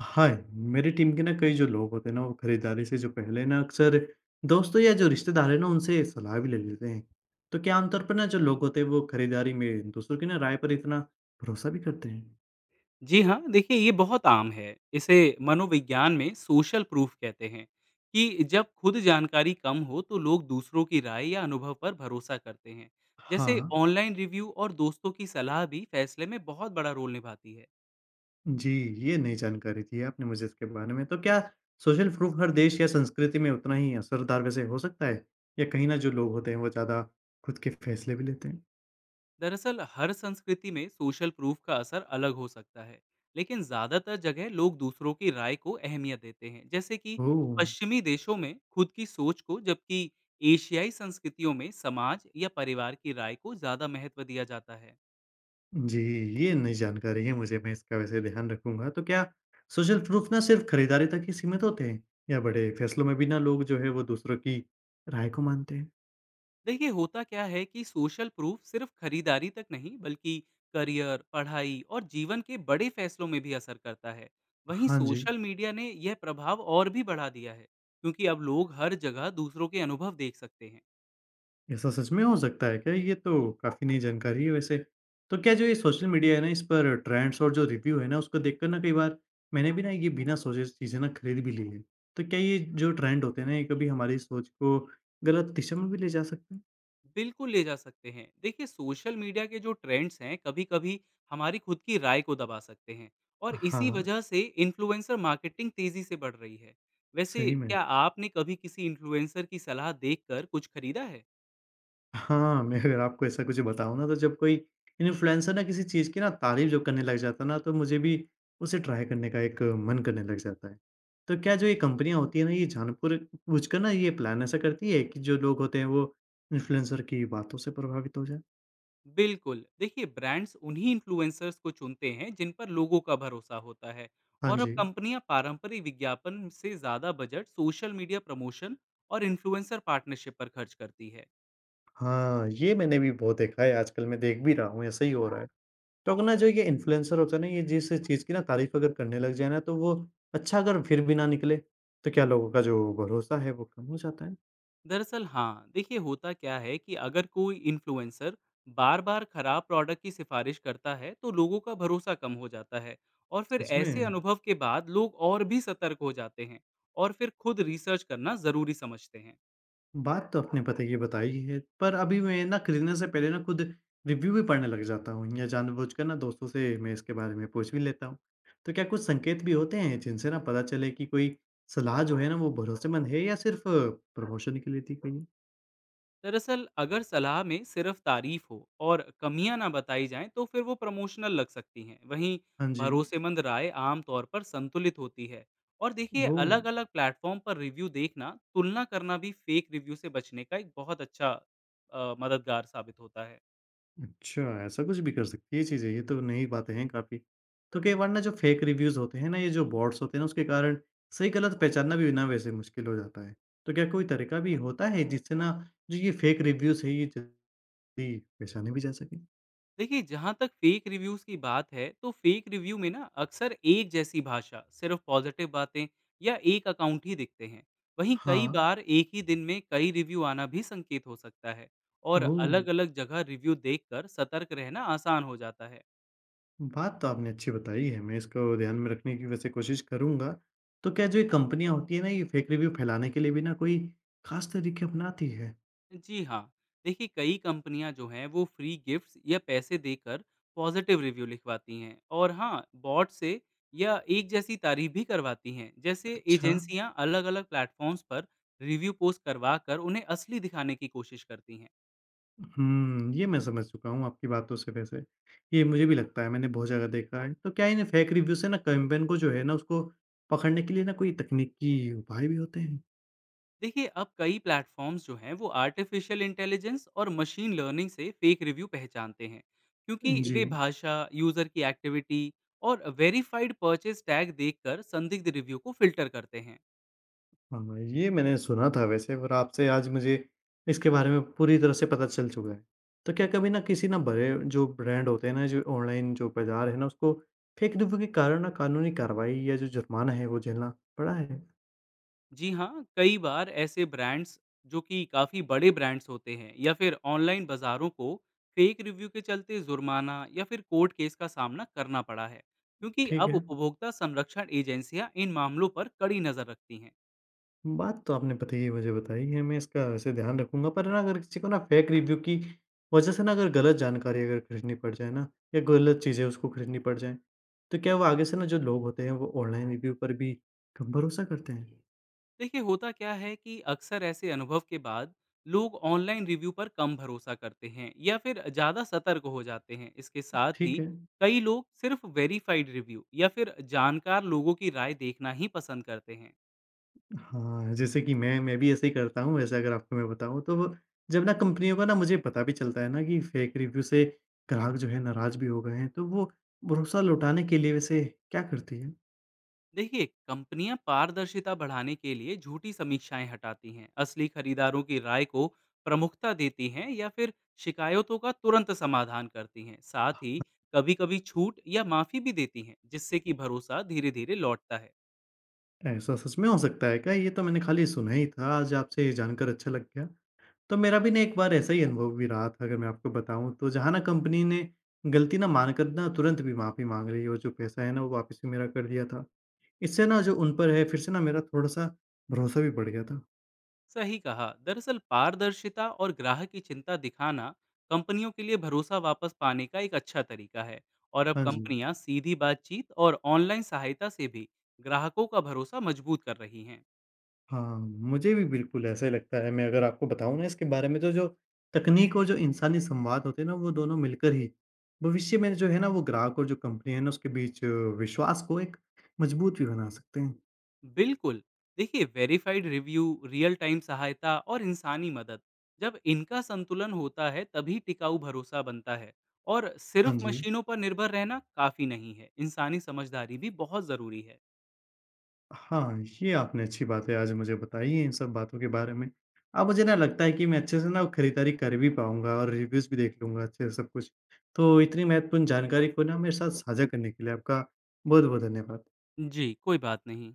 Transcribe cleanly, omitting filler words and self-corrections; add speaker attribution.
Speaker 1: हाँ, मेरी टीम के ना कई जो लोग होते हैं ना, वो खरीदारी से जो पहले ना अक्सर दोस्तों या जो रिश्तेदार हैं ना, उनसे सलाह भी ले लेते हैं। तो क्या आमतौर पर ना जो लोग होते हैं, वो खरीदारी में दूसरों की ना राय पर इतना भरोसा भी करते हैं?
Speaker 2: जी हाँ, देखिए ये बहुत आम है। इसे मनोविज्ञान में सोशल प्रूफ कहते हैं कि जब खुद जानकारी कम हो तो लोग दूसरों की राय या अनुभव पर भरोसा करते हैं।
Speaker 1: हाँ,
Speaker 2: जैसे ऑनलाइन रिव्यू और दोस्तों की सलाह भी फैसले में बहुत बड़ा रोल निभाती है।
Speaker 1: जी, ये नई जानकारी दी है आपने मुझे इसके बारे में। तो क्या सोशल प्रूफ हर देश या संस्कृति में उतना ही असरदार वैसे हो सकता है? या कहीं ना जो लोग होते हैं, वो ज़्यादा खुद के फैसले भी लेते हैं?
Speaker 2: दरअसल हर संस्कृति में सोशल प्रूफ का असर अलग हो सकता है, लेकिन ज्यादातर जगह लोग दूसरों की राय को अहमियत देते हैं। जैसे कि
Speaker 1: ओह!
Speaker 2: पश्चिमी देशों में खुद की सोच को, जबकि एशियाई संस्कृतियों में समाज या परिवार की राय को ज्यादा महत्व दिया जाता है।
Speaker 1: जी, ये नई जानकारी है मुझे, मैं इसका वैसे ध्यान रखूँगा। तो क्या सोशल प्रूफ ना सिर्फ़ खरीदारी तक ही सीमित होते हैं? या बड़े फैसलों में भी ना लोग जो है वो दूसरों की राय को मानते हैं?
Speaker 2: देखिए, होता क्या है कि सोशल प्रूफ सिर्फ खरीदारी तक नहीं, बल्कि करियर, पढ़ाई और जीवन के बड़े फैसलों में भी असर करता है। वहीं
Speaker 1: हाँ जी,
Speaker 2: सोशल मीडिया ने यह प्रभाव और भी बढ़ा दिया है, क्योंकि अब लोग हर जगह दूसरों के अनुभव देख सकते हैं।
Speaker 1: ऐसा सच में हो सकता है क्या? ये तो काफ़ी नई जानकारी है वैसे। तो क्या जो ये सोशल मीडिया है ना इस पर ट्रेंड्स और जो रिव्यू है ना उसको देखकर ना कई बार मैंने भी ना ये बिना सोचे चीज़ें ना खरीद भी ली है। तो क्या ये जो ट्रेंड होते हैं ना ये कभी हमारी सोच को गलत दिशा में भी ले जा सकते हैं?
Speaker 2: बिल्कुल ले जा सकते हैं। देखिए, सोशल मीडिया के जो ट्रेंड्स हैं कभी-कभी हमारी खुद की राय को दबा सकते हैं, और
Speaker 1: हाँ,
Speaker 2: इसी वजह से इन्फ्लुएंसर मार्केटिंग तेजी से बढ़ रही है। वैसे,
Speaker 1: सही में।
Speaker 2: क्या आपने कभी किसी इन्फ्लुएंसर की सलाह देखकर कुछ खरीदा है?
Speaker 1: हाँ, मैं अगर आपको ऐसा कुछ बताऊँ ना तो जब कोई इन्फ्लुएंसर ना किसी चीज़ की ना तारीफ़ जब करने लग जाता है ना तो मुझे भी उसे ट्राई करने का एक मन करने लग जाता है। तो क्या जो ये कंपनियाँ होती हैं ना ये जानबूझकर ना ये प्लान ऐसा करती है कि जो लोग होते हैं वो इन्फ्लुएंसर की बातों से प्रभावित हो जाएँ?
Speaker 2: बिल्कुल। देखिए, ब्रांड्स उन्हीं इन्फ्लुएंसर्स को चुनते हैं जिन पर लोगों का भरोसा होता है।
Speaker 1: हाँ
Speaker 2: और अब
Speaker 1: जी।
Speaker 2: कंपनियां पारंपरिक विज्ञापन से ज्यादा बजट सोशल मीडिया प्रमोशन और इन्फ्लुएंसर पार्टनरशिप पर खर्च करती है।
Speaker 1: हाँ, ये मैंने भी बहुत देखा है, आजकल मैं देख भी रहा हूँ ऐसा ही हो रहा है। तो अगर ना जो ये इन्फ्लुएंसर होता है ना ये जिस चीज़ की ना तारीफ़ अगर करने लग जाए ना, तो वो अच्छा अगर फिर भी ना निकले, तो क्या लोगों का जो भरोसा है वो कम हो जाता है?
Speaker 2: दरअसल हाँ, देखिए, होता क्या है कि अगर कोई इन्फ्लुएंसर बार-बार खराब प्रोडक्ट की सिफारिश करता है तो लोगों का भरोसा कम हो जाता है, और फिर
Speaker 1: सच
Speaker 2: ऐसे
Speaker 1: में?
Speaker 2: अनुभव के बाद लोग और भी सतर्क हो जाते हैं और फिर खुद रिसर्च करना जरूरी समझते हैं।
Speaker 1: बात तो आपने पता ये बताई ही है, पर अभी मैं ना खरीदने से पहले ना खुद रिव्यू भी पढ़ने लग जाता हूँ या जानबूझकर ना दोस्तों से मैं इसके बारे में पूछ भी लेता हूँ। तो क्या कुछ संकेत भी होते हैं जिनसे ना पता चले कि कोई सलाह जो है ना वो भरोसेमंद है या सिर्फ़ प्रमोशन के लिए दी गई है?
Speaker 2: दरअसल, अगर सलाह में सिर्फ तारीफ हो और कमियां ना बताई जाएं, तो फिर वो प्रमोशनल लग सकती हैं। वहीं
Speaker 1: हाँ जी।
Speaker 2: भरोसेमंद राय आमतौर पर संतुलित होती है, और देखिए,
Speaker 1: ओह!
Speaker 2: अलग अलग प्लेटफॉर्म पर रिव्यू देखना, तुलना करना भी फेक रिव्यू से बचने का एक बहुत अच्छा मददगार साबित होता है।
Speaker 1: अच्छा, ऐसा कुछ भी कर सकती है ये चीज़ें, ये तो नई बातें हैं काफ़ी। तो कई बार ना जो फेक रिव्यूज़ होते हैं ना, ये जो बॉट्स होते हैं ना, उसके कारण सही गलत पहचानना भी ना वैसे मुश्किल हो जाता है। तो क्या कोई तरीका भी होता है जिससे ना जो ये फेक रिव्यूज़ है, ये जल्दी पहचाने भी जा सकें?
Speaker 2: देखिए, जहाँ तक फेक रिव्यूज़ की बात है, तो फेक रिव्यू में ना अक्सर एक जैसी भाषा, सिर्फ पॉजिटिव बातें या एक अकाउंट ही दिखते हैं। वहीं कई
Speaker 1: हाँ,
Speaker 2: बार एक ही दिन में कई रिव्यू आना भी संकेत हो सकता है, और
Speaker 1: ओह!
Speaker 2: अलग-अलग जगह रिव्यू देखकर सतर्क रहना आसान हो जाता है।
Speaker 1: बात तो आपने अच्छी बताई है, मैं इसको ध्यान में रखने की वैसे कोशिश करूँगा। तो क्या जो ये कंपनियाँ होती हैं ना, ये फेक रिव्यू फैलाने के लिए भी ना कोई ख़ास तरीके अपनाती है?
Speaker 2: जी हाँ, देखिए, कई कंपनियां जो हैं वो फ्री गिफ्ट्स या पैसे देकर पॉजिटिव रिव्यू लिखवाती हैं, और हाँ, बॉट से या एक जैसी तारीफ भी करवाती हैं। जैसे
Speaker 1: अच्छा।
Speaker 2: एजेंसियां अलग अलग प्लेटफॉर्म्स पर रिव्यू पोस्ट करवा कर उन्हें असली दिखाने की कोशिश करती हैं।
Speaker 1: हुँ, ये मैं समझ चुका हूँ आपकी बातों से वैसे। ये मुझे भी लगता है, मैंने बहुत जगह देखा है। तो क्या इन फेक रिव्यू से ना कैंपेन को जो है ना उसको पकड़ने के लिए ना कोई तकनीकी उपाय भी होते हैं?
Speaker 2: देखिए, अब कई प्लेटफॉर्म्स जो हैं वो आर्टिफिशियल इंटेलिजेंस और मशीन लर्निंग से फेक रिव्यू पहचानते हैं, क्योंकि
Speaker 1: जी,
Speaker 2: वे भाषा, यूजर की एक्टिविटी और वेरीफाइड परचेज टैग देखकर संदिग्ध रिव्यू को फिल्टर करते हैं।
Speaker 1: हाँ, ये मैंने सुना था वैसे, और आपसे आज मुझे इसके बारे में पूरी तरह से पता चल चुका है। तो क्या कभी ना किसी ना बड़े जो ब्रांड होते हैं ना, जो ऑनलाइन जो बाज़ार है ना उसको फेक रिव्यू के कारण ना कानूनी कार्रवाई या जो जुर्माना है वो झेलना पड़ा है?
Speaker 2: जी हाँ, कई बार ऐसे ब्रांड्स जो कि काफ़ी बड़े ब्रांड्स होते हैं या फिर ऑनलाइन बाज़ारों को फेक रिव्यू के चलते जुर्माना या फिर कोर्ट केस का सामना करना पड़ा है, क्योंकि
Speaker 1: ठीक
Speaker 2: अब
Speaker 1: है।
Speaker 2: उपभोक्ता संरक्षण एजेंसियाँ इन मामलों पर कड़ी नज़र रखती हैं।
Speaker 1: बात तो आपने बताई मुझे बताई है, मैं इसका वैसे ध्यान रखूँगा, पर ना अगर किसी को ना फेक रिव्यू की वजह से ना अगर गलत जानकारी अगर खरीदनी पड़ जाए ना या गलत चीज़ें उसको खरीदनी पड़ जाएँ, तो क्या वो आगे से ना जो लोग होते हैं वो ऑनलाइन रिव्यू पर भी कम भरोसा करते हैं?
Speaker 2: देखिए, होता क्या है कि अक्सर ऐसे अनुभव के बाद लोग ऑनलाइन रिव्यू पर कम भरोसा करते हैं या फिर ज़्यादा सतर्क हो जाते हैं। इसके साथ ही
Speaker 1: ठीक है।
Speaker 2: कई लोग सिर्फ वेरीफाइड रिव्यू या फिर जानकार लोगों की राय देखना ही पसंद करते हैं।
Speaker 1: हाँ, जैसे कि मैं भी ऐसे ही करता हूँ वैसे, अगर आपको मैं बताऊँ तो वो जब ना कंपनियों का ना मुझे पता भी चलता है ना कि फेक रिव्यू से ग्राहक जो है नाराज़ भी हो गए हैं, तो वो भरोसा लौटाने के लिए वैसे क्या करती है?
Speaker 2: देखिए, कंपनियां पारदर्शिता बढ़ाने के लिए झूठी समीक्षाएं हटाती हैं, असली खरीदारों की राय को प्रमुखता देती हैं, या फिर शिकायतों का तुरंत समाधान करती हैं। साथ ही कभी कभी छूट या माफी भी देती हैं, जिससे कि भरोसा धीरे धीरे लौटता है।
Speaker 1: ऐसा सच में हो सकता है क्या? ये तो मैंने खाली सुना ही था, आज आपसे ये जानकर अच्छा लग गया। तो मेरा भी ना एक बार ऐसा ही अनुभव भी रहा था, अगर मैं आपको बताऊँ तो जहाँ ना कंपनी ने गलती ना मानकर ना तुरंत भी माफ़ी माँग ली और जो पैसा है ना वो वापस भी मेरा कर दिया था। इससे ना जो उन पर है फिर से ना मेरा थोड़ा-सा भरोसा भी बढ़ गया था।
Speaker 2: सही कहा। दरअसल पारदर्शिता और ग्राहक की चिंता दिखाना कंपनियों के लिए भरोसा वापस पाने का एक अच्छा तरीका है, और अब
Speaker 1: हाँ जी।
Speaker 2: कंपनियां सीधी बातचीत और ऑनलाइन सहायता से भी ग्राहकों का भरोसा मजबूत कर रही हैं।
Speaker 1: हाँ, मुझे भी बिल्कुल ऐसा ही लगता है। मैं अगर आपको बताऊँ ना इसके बारे में, तो जो तकनीक और जो इंसानी संवाद होते हैं ना वो दोनों मिलकर ही भविष्य में जो है ना वो ग्राहक और जो कंपनी है ना उसके बीच विश्वास को एक मजबूत भी बना सकते हैं।
Speaker 2: बिल्कुल। देखिए, वेरीफाइड रिव्यू, रियल टाइम सहायता और इंसानी मदद, जब इनका संतुलन होता है तभी टिकाऊ भरोसा बनता है, और सिर्फ
Speaker 1: हाँ जी।
Speaker 2: मशीनों पर निर्भर रहना काफी नहीं है, इंसानी समझदारी भी बहुत जरूरी है।
Speaker 1: हाँ, ये आपने अच्छी बातें आज मुझे बताई हैं इन सब बातों के बारे में। अब मुझे ना लगता है कि मैं अच्छे से ना खरीदारी कर भी पाऊँगा और रिव्यूज़ भी देख लूँगा अच्छे से सब कुछ। तो इतनी महत्वपूर्ण जानकारी को ना मेरे साथ साझा करने के लिए आपका बहुत-बहुत धन्यवाद।
Speaker 2: जी, कोई बात नहीं।